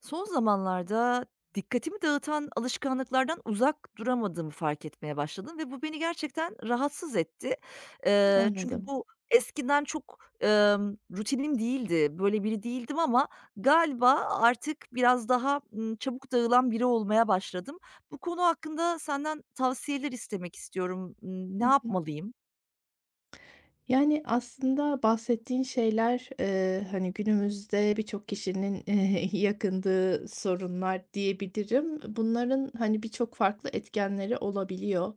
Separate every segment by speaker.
Speaker 1: Son zamanlarda dikkatimi dağıtan alışkanlıklardan uzak duramadığımı fark etmeye başladım ve bu beni gerçekten rahatsız etti. Çünkü
Speaker 2: Anladım.
Speaker 1: bu eskiden çok rutinim değildi, böyle biri değildim ama galiba artık biraz daha çabuk dağılan biri olmaya başladım. Bu konu hakkında senden tavsiyeler istemek istiyorum. Ne
Speaker 2: Hı hı.
Speaker 1: yapmalıyım?
Speaker 2: Yani, aslında bahsettiğin şeyler, hani, günümüzde birçok kişinin, yakındığı sorunlar diyebilirim. Bunların, hani, birçok farklı etkenleri olabiliyor.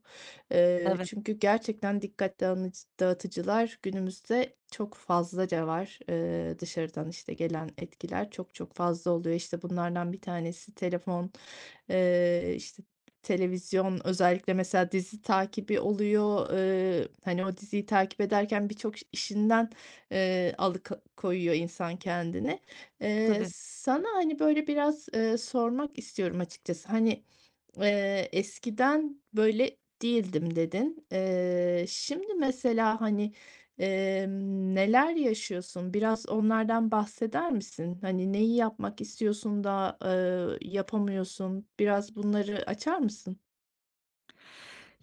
Speaker 2: Eee,
Speaker 1: Evet,
Speaker 2: çünkü gerçekten dikkat dağınıcı dağıtıcılar günümüzde çok fazlaca var. Dışarıdan, işte, gelen etkiler çok çok fazla oluyor. İşte, bunlardan bir tanesi telefon, işte, televizyon, özellikle mesela dizi takibi oluyor. Hani, o diziyi takip ederken birçok işinden, alıka koyuyor insan kendini. Eee,
Speaker 1: tabii.
Speaker 2: sana, hani, böyle, biraz, sormak istiyorum açıkçası. Hani, "Eskiden böyle değildim." dedin. Şimdi mesela, hani, neler yaşıyorsun? Biraz onlardan bahseder misin? Hani, neyi yapmak istiyorsun da, yapamıyorsun? Biraz bunları açar mısın?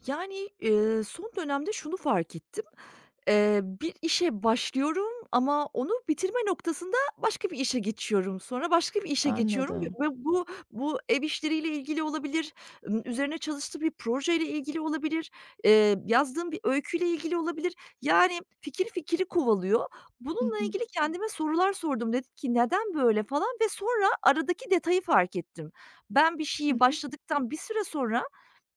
Speaker 1: Yani, son dönemde şunu fark ettim. Bir işe başlıyorum ama onu bitirme noktasında başka bir işe geçiyorum. Sonra başka bir işe geçiyorum ve
Speaker 2: Anladım.
Speaker 1: ve bu bu ev işleriyle ilgili olabilir, üzerine çalıştığım bir projeyle ilgili olabilir, yazdığım bir öyküyle ilgili olabilir. Yani fikir kovalıyor.
Speaker 2: Hı
Speaker 1: Bununla
Speaker 2: hı.
Speaker 1: ilgili kendime sorular sordum. Dedim ki "Neden böyle?" falan ve sonra aradaki detayı fark ettim. Ben bir
Speaker 2: Hı
Speaker 1: şeyi
Speaker 2: hı.
Speaker 1: başladıktan bir süre sonra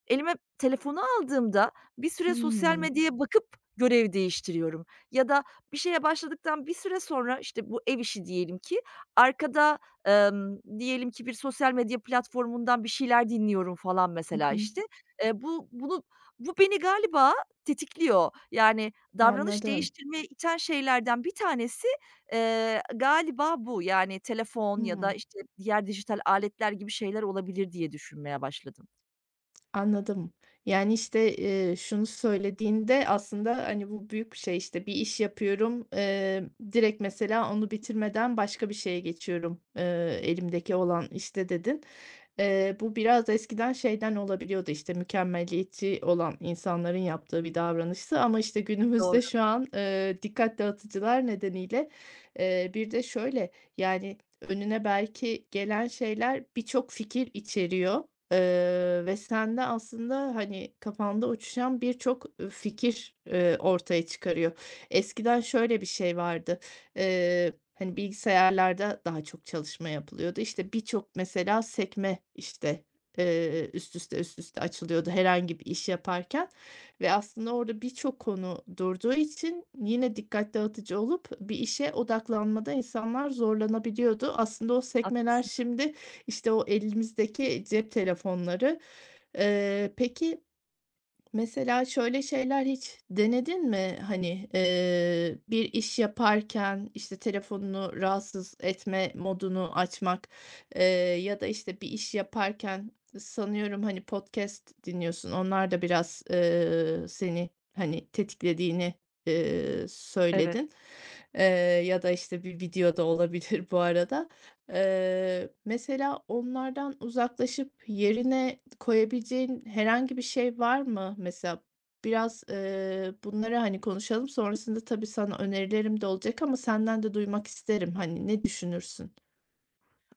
Speaker 1: elime telefonu aldığımda bir süre sosyal
Speaker 2: Hımm.
Speaker 1: medyaya bakıp görev değiştiriyorum ya da bir şeye başladıktan bir süre sonra, işte, bu ev işi diyelim ki, arkada, diyelim ki bir sosyal medya platformundan bir şeyler dinliyorum falan
Speaker 2: Hı
Speaker 1: mesela,
Speaker 2: hı.
Speaker 1: işte. Bu bu beni galiba tetikliyor. Yani davranış
Speaker 2: Anladım.
Speaker 1: değiştirmeye iten şeylerden bir tanesi, galiba bu. Yani telefon ya da,
Speaker 2: Hıı.
Speaker 1: işte, diğer dijital aletler gibi şeyler olabilir diye düşünmeye başladım.
Speaker 2: Anladım. Yani, işte, şunu söylediğinde aslında, hani, bu büyük bir şey, işte, bir iş yapıyorum, direkt mesela onu bitirmeden başka bir şeye geçiyorum, elimdeki olan işte dedin. Bu biraz eskiden şeyden olabiliyordu, işte, mükemmeliyetçi olan insanların yaptığı bir davranıştı ama, işte,
Speaker 1: Doğru,
Speaker 2: günümüzde şu an, dikkat dağıtıcılar nedeniyle, bir de şöyle, yani, önüne belki gelen şeyler birçok fikir içeriyor. Ve sende aslında, hani, kafanda uçuşan birçok, fikir, ortaya çıkarıyor. Eskiden şöyle bir şey vardı, hani, bilgisayarlarda daha çok çalışma yapılıyordu. İşte, birçok mesela sekme, işte, üst üste, üst üste açılıyordu herhangi bir iş yaparken ve aslında orada birçok konu durduğu için yine dikkat dağıtıcı olup bir işe odaklanmada insanlar zorlanabiliyordu. Aslında o sekmeler
Speaker 1: haklısın.
Speaker 2: şimdi işte o elimizdeki cep telefonları. Peki, mesela şöyle şeyler hiç denedin mi? Hani, bir iş yaparken, işte, telefonunu rahatsız etme modunu açmak, eee, ya da, işte, bir iş yaparken sanıyorum, hani, podcast dinliyorsun. Onlar da biraz, seni, hani, tetiklediğini,
Speaker 1: Evet.
Speaker 2: söyledin. Eee, ya da, işte, bir video da olabilir bu arada. Mesela onlardan uzaklaşıp yerine koyabileceğin herhangi bir şey var mı? Mesela biraz, bunları, hani, konuşalım. Sonrasında tabii sana önerilerim de olacak ama senden de duymak isterim. Hani, ne düşünürsün?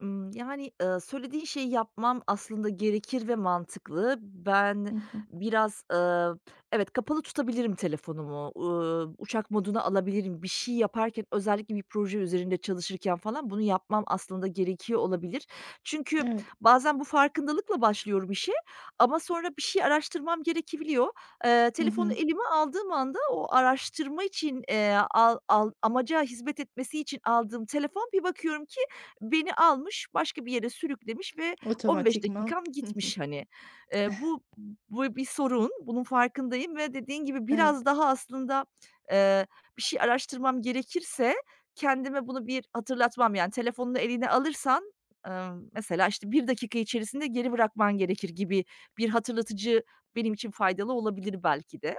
Speaker 1: Yani, söylediğin şeyi yapmam aslında gerekir ve mantıklı. Ben
Speaker 2: Hı hı.
Speaker 1: biraz, evet, kapalı tutabilirim telefonumu, uçak moduna alabilirim. Bir şey yaparken, özellikle bir proje üzerinde çalışırken falan bunu yapmam aslında gerekiyor olabilir. Çünkü
Speaker 2: Evet.
Speaker 1: bazen bu farkındalıkla başlıyorum işe ama sonra bir şey araştırmam gerekebiliyor.
Speaker 2: Hı
Speaker 1: Telefonu
Speaker 2: hı.
Speaker 1: elime aldığım anda o araştırma için, al al amaca hizmet etmesi için aldığım telefon bir bakıyorum ki beni almış, başka bir yere sürüklemiş ve 15
Speaker 2: Otomatikman.
Speaker 1: dakikam
Speaker 2: Hı hı.
Speaker 1: gitmiş hani. Eee, bu bu bir sorun, bunun farkındayım ve dediğin gibi
Speaker 2: Evet,
Speaker 1: biraz daha aslında, eee, bir şey araştırmam gerekirse kendime bunu bir hatırlatmam, yani, telefonunu eline alırsan, mesela, işte, bir dakika içerisinde geri bırakman gerekir gibi bir hatırlatıcı benim için faydalı olabilir belki de.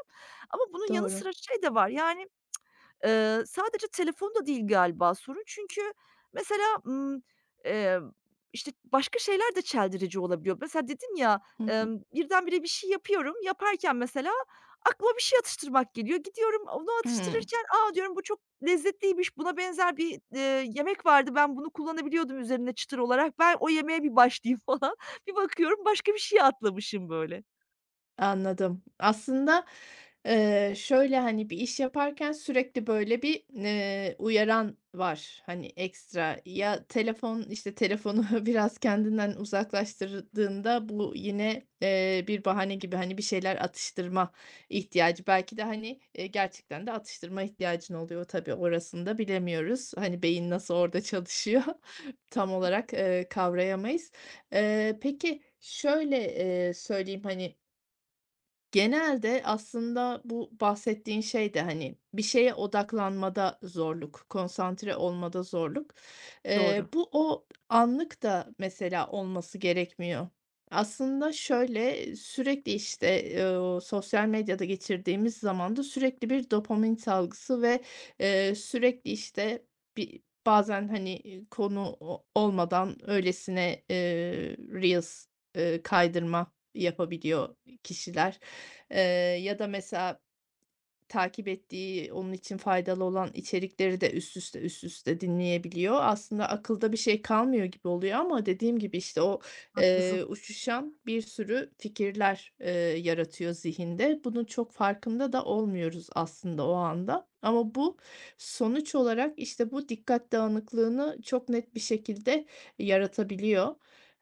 Speaker 1: Ama bunun yanı
Speaker 2: doğru.
Speaker 1: sıra şey de var, yani sadece telefonda değil galiba sorun çünkü mesela, eee, işte, başka şeyler de çeldirici olabiliyor. Mesela dedim ya,
Speaker 2: Hı hı.
Speaker 1: birdenbire bir şey yapıyorum, yaparken mesela aklıma bir şey atıştırmak geliyor. Gidiyorum onu
Speaker 2: Hıı.
Speaker 1: atıştırırken, aa diyorum, "Bu çok lezzetliymiş, buna benzer bir yemek vardı, ben bunu kullanabiliyordum üzerine çıtır olarak, ben o yemeğe bir başlayayım." falan. Bir bakıyorum başka bir şeye atlamışım böyle.
Speaker 2: Anladım. Aslında, şöyle, hani, bir iş yaparken sürekli böyle bir, uyaran var, hani, ekstra. Ya, telefon, işte, telefonu biraz kendinden uzaklaştırdığında bu yine, bir bahane gibi, hani, bir şeyler atıştırma ihtiyacı. Belki de, hani, gerçekten de atıştırma ihtiyacın oluyor. Tabii orasını da bilemiyoruz. Hani, beyin nasıl orada çalışıyor tam olarak, kavrayamayız. Peki şöyle, söyleyeyim, hani, genelde aslında bu bahsettiğin şey de, hani, bir şeye odaklanmada zorluk, konsantre olmada zorluk. Eee,
Speaker 1: Doğru,
Speaker 2: bu o anlık da mesela olması gerekmiyor. Aslında şöyle, sürekli, işte, o sosyal medyada geçirdiğimiz zamanda sürekli bir dopamin salgısı ve, sürekli, işte, bazen, hani, konu o olmadan öylesine, reels, kaydırma yapabiliyor kişiler. Ya da mesela takip ettiği, onun için faydalı olan içerikleri de üst üste, üst üste dinleyebiliyor. Aslında akılda bir şey kalmıyor gibi oluyor ama dediğim gibi, işte, o,
Speaker 1: haklısın.
Speaker 2: uçuşan bir sürü fikirler, yaratıyor zihinde. Bunun çok farkında da olmuyoruz aslında o anda ama bu sonuç olarak, işte, bu dikkat dağınıklığını çok net bir şekilde yaratabiliyor.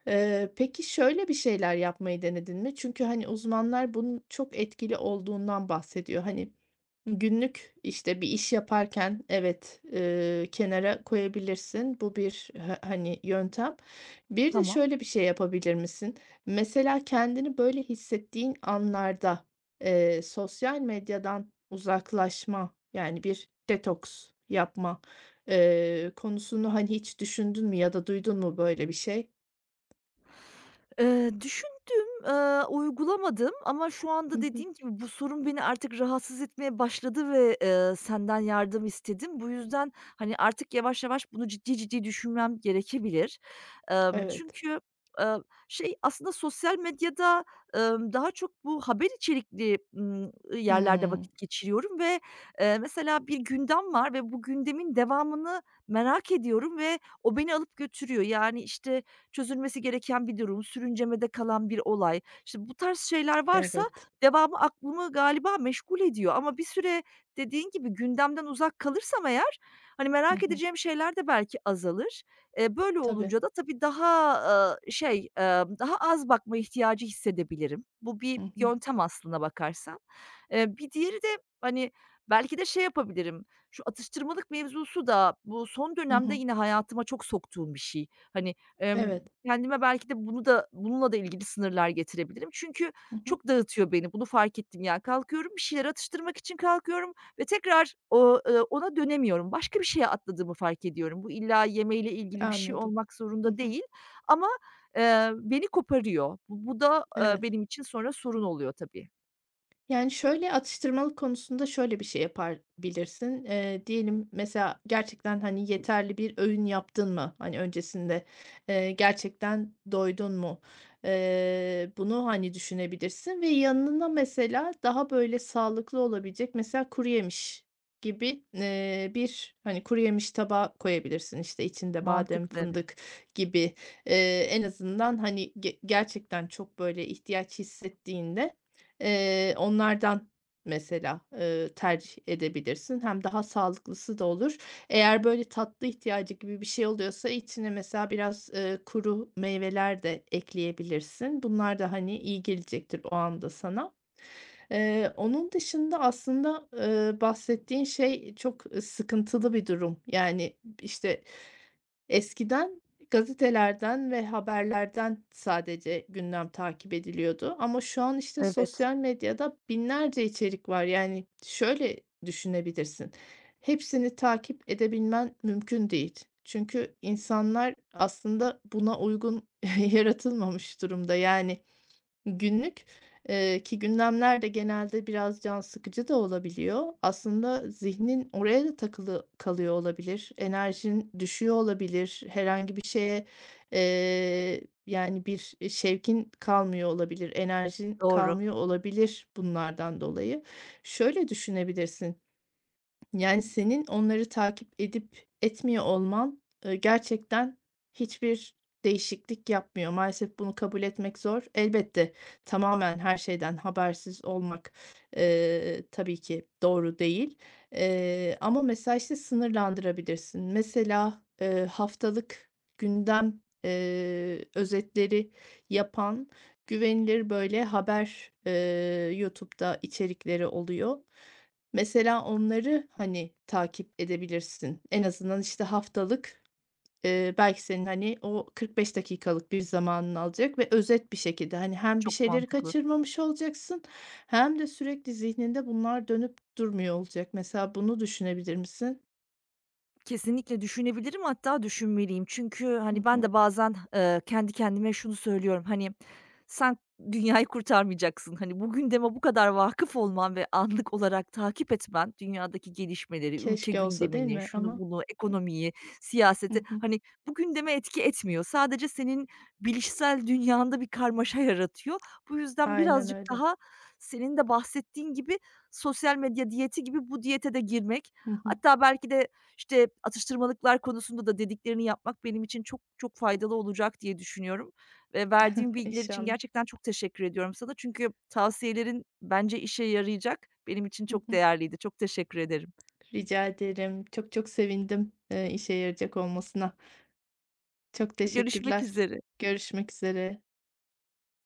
Speaker 2: Peki şöyle bir şeyler yapmayı denedin mi? Çünkü, hani, uzmanlar bunun çok etkili olduğundan bahsediyor. Hani, günlük, işte, bir iş yaparken evet, kenara koyabilirsin. Bu bir, hani, yöntem. Bir de
Speaker 1: Tamam.
Speaker 2: şöyle bir şey yapabilir misin? Mesela kendini böyle hissettiğin anlarda, sosyal medyadan uzaklaşma, yani, bir detoks yapma, konusunu, hani, hiç düşündün mü ya da duydun mu böyle bir şey?
Speaker 1: Düşündüm, uygulamadım ama şu
Speaker 2: Hı
Speaker 1: anda
Speaker 2: hı.
Speaker 1: dediğim gibi bu sorun beni artık rahatsız etmeye başladı ve senden yardım istedim. Bu yüzden, hani, artık yavaş yavaş bunu ciddi ciddi düşünmem gerekebilir. Emm,
Speaker 2: Evet.
Speaker 1: çünkü, eee, şey, aslında sosyal medyada, daha çok bu haber içerikli, yerlerde
Speaker 2: Hımm.
Speaker 1: vakit geçiriyorum ve mesela bir gündem var ve bu gündemin devamını merak ediyorum ve o beni alıp götürüyor. Yani, işte, çözülmesi gereken bir durum, sürüncemede kalan bir olay. İşte bu tarz şeyler varsa
Speaker 2: Evet.
Speaker 1: devamı aklımı galiba meşgul ediyor ama bir süre dediğin gibi gündemden uzak kalırsam eğer, hani,
Speaker 2: Hı
Speaker 1: merak
Speaker 2: hı.
Speaker 1: edeceğim şeyler de belki azalır. Böyle
Speaker 2: Tabii.
Speaker 1: olunca da tabii daha, daha az bakma ihtiyacı hissedebilirim. Bu bir
Speaker 2: Hı hı.
Speaker 1: yöntem aslına bakarsan. Bir diğeri de, hani, belki de şey yapabilirim, şu atıştırmalık mevzusu da bu son
Speaker 2: Hı
Speaker 1: dönemde
Speaker 2: hı.
Speaker 1: yine hayatıma çok soktuğum bir şey. Hani.
Speaker 2: Evet.
Speaker 1: Kendime belki de bunu da bununla da ilgili sınırlar getirebilirim. Çünkü
Speaker 2: Hı hı.
Speaker 1: çok dağıtıyor beni. Bunu fark ettim ya. Kalkıyorum, bir şeyler atıştırmak için kalkıyorum ve tekrar ona dönemiyorum. Başka bir şeye atladığımı fark ediyorum. Bu illa yemeyle ilgili bir şey
Speaker 2: Anladım.
Speaker 1: olmak
Speaker 2: Hı
Speaker 1: zorunda
Speaker 2: hı.
Speaker 1: değil ama, beni koparıyor. Bu da,
Speaker 2: Evet.
Speaker 1: benim için sonra sorun oluyor tabii.
Speaker 2: Yani, şöyle, atıştırmalık konusunda şöyle bir şey yapabilirsin. Diyelim mesela gerçekten, hani, yeterli bir öğün yaptın mı? Hani, öncesinde, gerçekten doydun mu? Bunu, hani, düşünebilirsin ve yanına mesela daha, böyle, sağlıklı olabilecek mesela kuruyemiş gibi, bir, hani, kuruyemiş tabağı koyabilirsin. İşte, içinde badem,
Speaker 1: Mantıklı evet.
Speaker 2: fındık gibi. En azından, hani, gerçekten çok, böyle, ihtiyaç hissettiğinde onlardan mesela, tercih edebilirsin. Hem daha sağlıklısı da olur. Eğer böyle tatlı ihtiyacı gibi bir şey oluyorsa içine mesela biraz, kuru meyveler de ekleyebilirsin. Bunlar da, hani, iyi gelecektir o anda sana. Onun dışında aslında, bahsettiğin şey çok, sıkıntılı bir durum. Yani, işte, eskiden gazetelerden ve haberlerden sadece gündem takip ediliyordu ama şu an, işte,
Speaker 1: Evet,
Speaker 2: sosyal medyada binlerce içerik var. Yani, şöyle düşünebilirsin, hepsini takip edebilmen mümkün değil. Çünkü insanlar aslında buna uygun yaratılmamış durumda. Yani, günlük, ki gündemler de genelde biraz can sıkıcı da olabiliyor. Aslında zihnin oraya da takılı kalıyor olabilir. Enerjin düşüyor olabilir. Herhangi bir şeye, eee, yani, bir, şevkin kalmıyor olabilir. Enerjin
Speaker 1: doğru.
Speaker 2: kalmıyor olabilir bunlardan dolayı. Şöyle düşünebilirsin. Yani, senin onları takip edip etmiyor olman, gerçekten hiçbir değişiklik yapmıyor. Maalesef bunu kabul etmek zor. Elbette tamamen her şeyden habersiz olmak, tabii ki doğru değil. Ama mesela, işte, sınırlandırabilirsin. Mesela, haftalık gündem, özetleri yapan güvenilir, böyle, haber, YouTube'da içerikleri oluyor. Mesela onları, hani, takip edebilirsin. En azından, işte, haftalık, belki senin, hani, o 45 dakikalık bir zamanını alacak ve özet bir şekilde, hani, hem bir
Speaker 1: Çok
Speaker 2: şeyleri
Speaker 1: mantıklı.
Speaker 2: kaçırmamış olacaksın hem de sürekli zihninde bunlar dönüp durmuyor olacak. Mesela bunu düşünebilir misin?
Speaker 1: Kesinlikle düşünebilirim, hatta düşünmeliyim. Çünkü, hani,
Speaker 2: Hı
Speaker 1: ben
Speaker 2: hı.
Speaker 1: de bazen, kendi kendime şunu söylüyorum, hani, "Sen dünyayı kurtarmayacaksın." Hani, bu gündeme bu kadar vakıf olman ve anlık olarak takip etmen dünyadaki gelişmeleri, ülke
Speaker 2: Keşke olsa değil
Speaker 1: gündemini,
Speaker 2: mi
Speaker 1: şunu
Speaker 2: ama?
Speaker 1: bunu, ekonomiyi,
Speaker 2: Hı
Speaker 1: siyaseti,
Speaker 2: hı.
Speaker 1: hani, bu gündeme etki etmiyor. Sadece senin bilişsel dünyanda bir karmaşa yaratıyor. Bu yüzden
Speaker 2: Aynen
Speaker 1: birazcık
Speaker 2: öyle.
Speaker 1: daha senin de bahsettiğin gibi sosyal medya diyeti gibi bu diyete de girmek,
Speaker 2: Hı hı.
Speaker 1: hatta belki de işte, atıştırmalıklar konusunda da dediklerini yapmak benim için çok çok faydalı olacak diye düşünüyorum ve verdiğin bilgiler için
Speaker 2: İnşallah.
Speaker 1: gerçekten çok teşekkür ediyorum sana. Çünkü tavsiyelerin bence işe yarayacak. Benim için
Speaker 2: Hı
Speaker 1: çok
Speaker 2: hı.
Speaker 1: değerliydi. Çok teşekkür ederim.
Speaker 2: Rica ederim. Çok çok sevindim, işe yarayacak olmasına. Çok
Speaker 1: Görüşmek
Speaker 2: teşekkürler.
Speaker 1: üzere.
Speaker 2: Görüşmek üzere.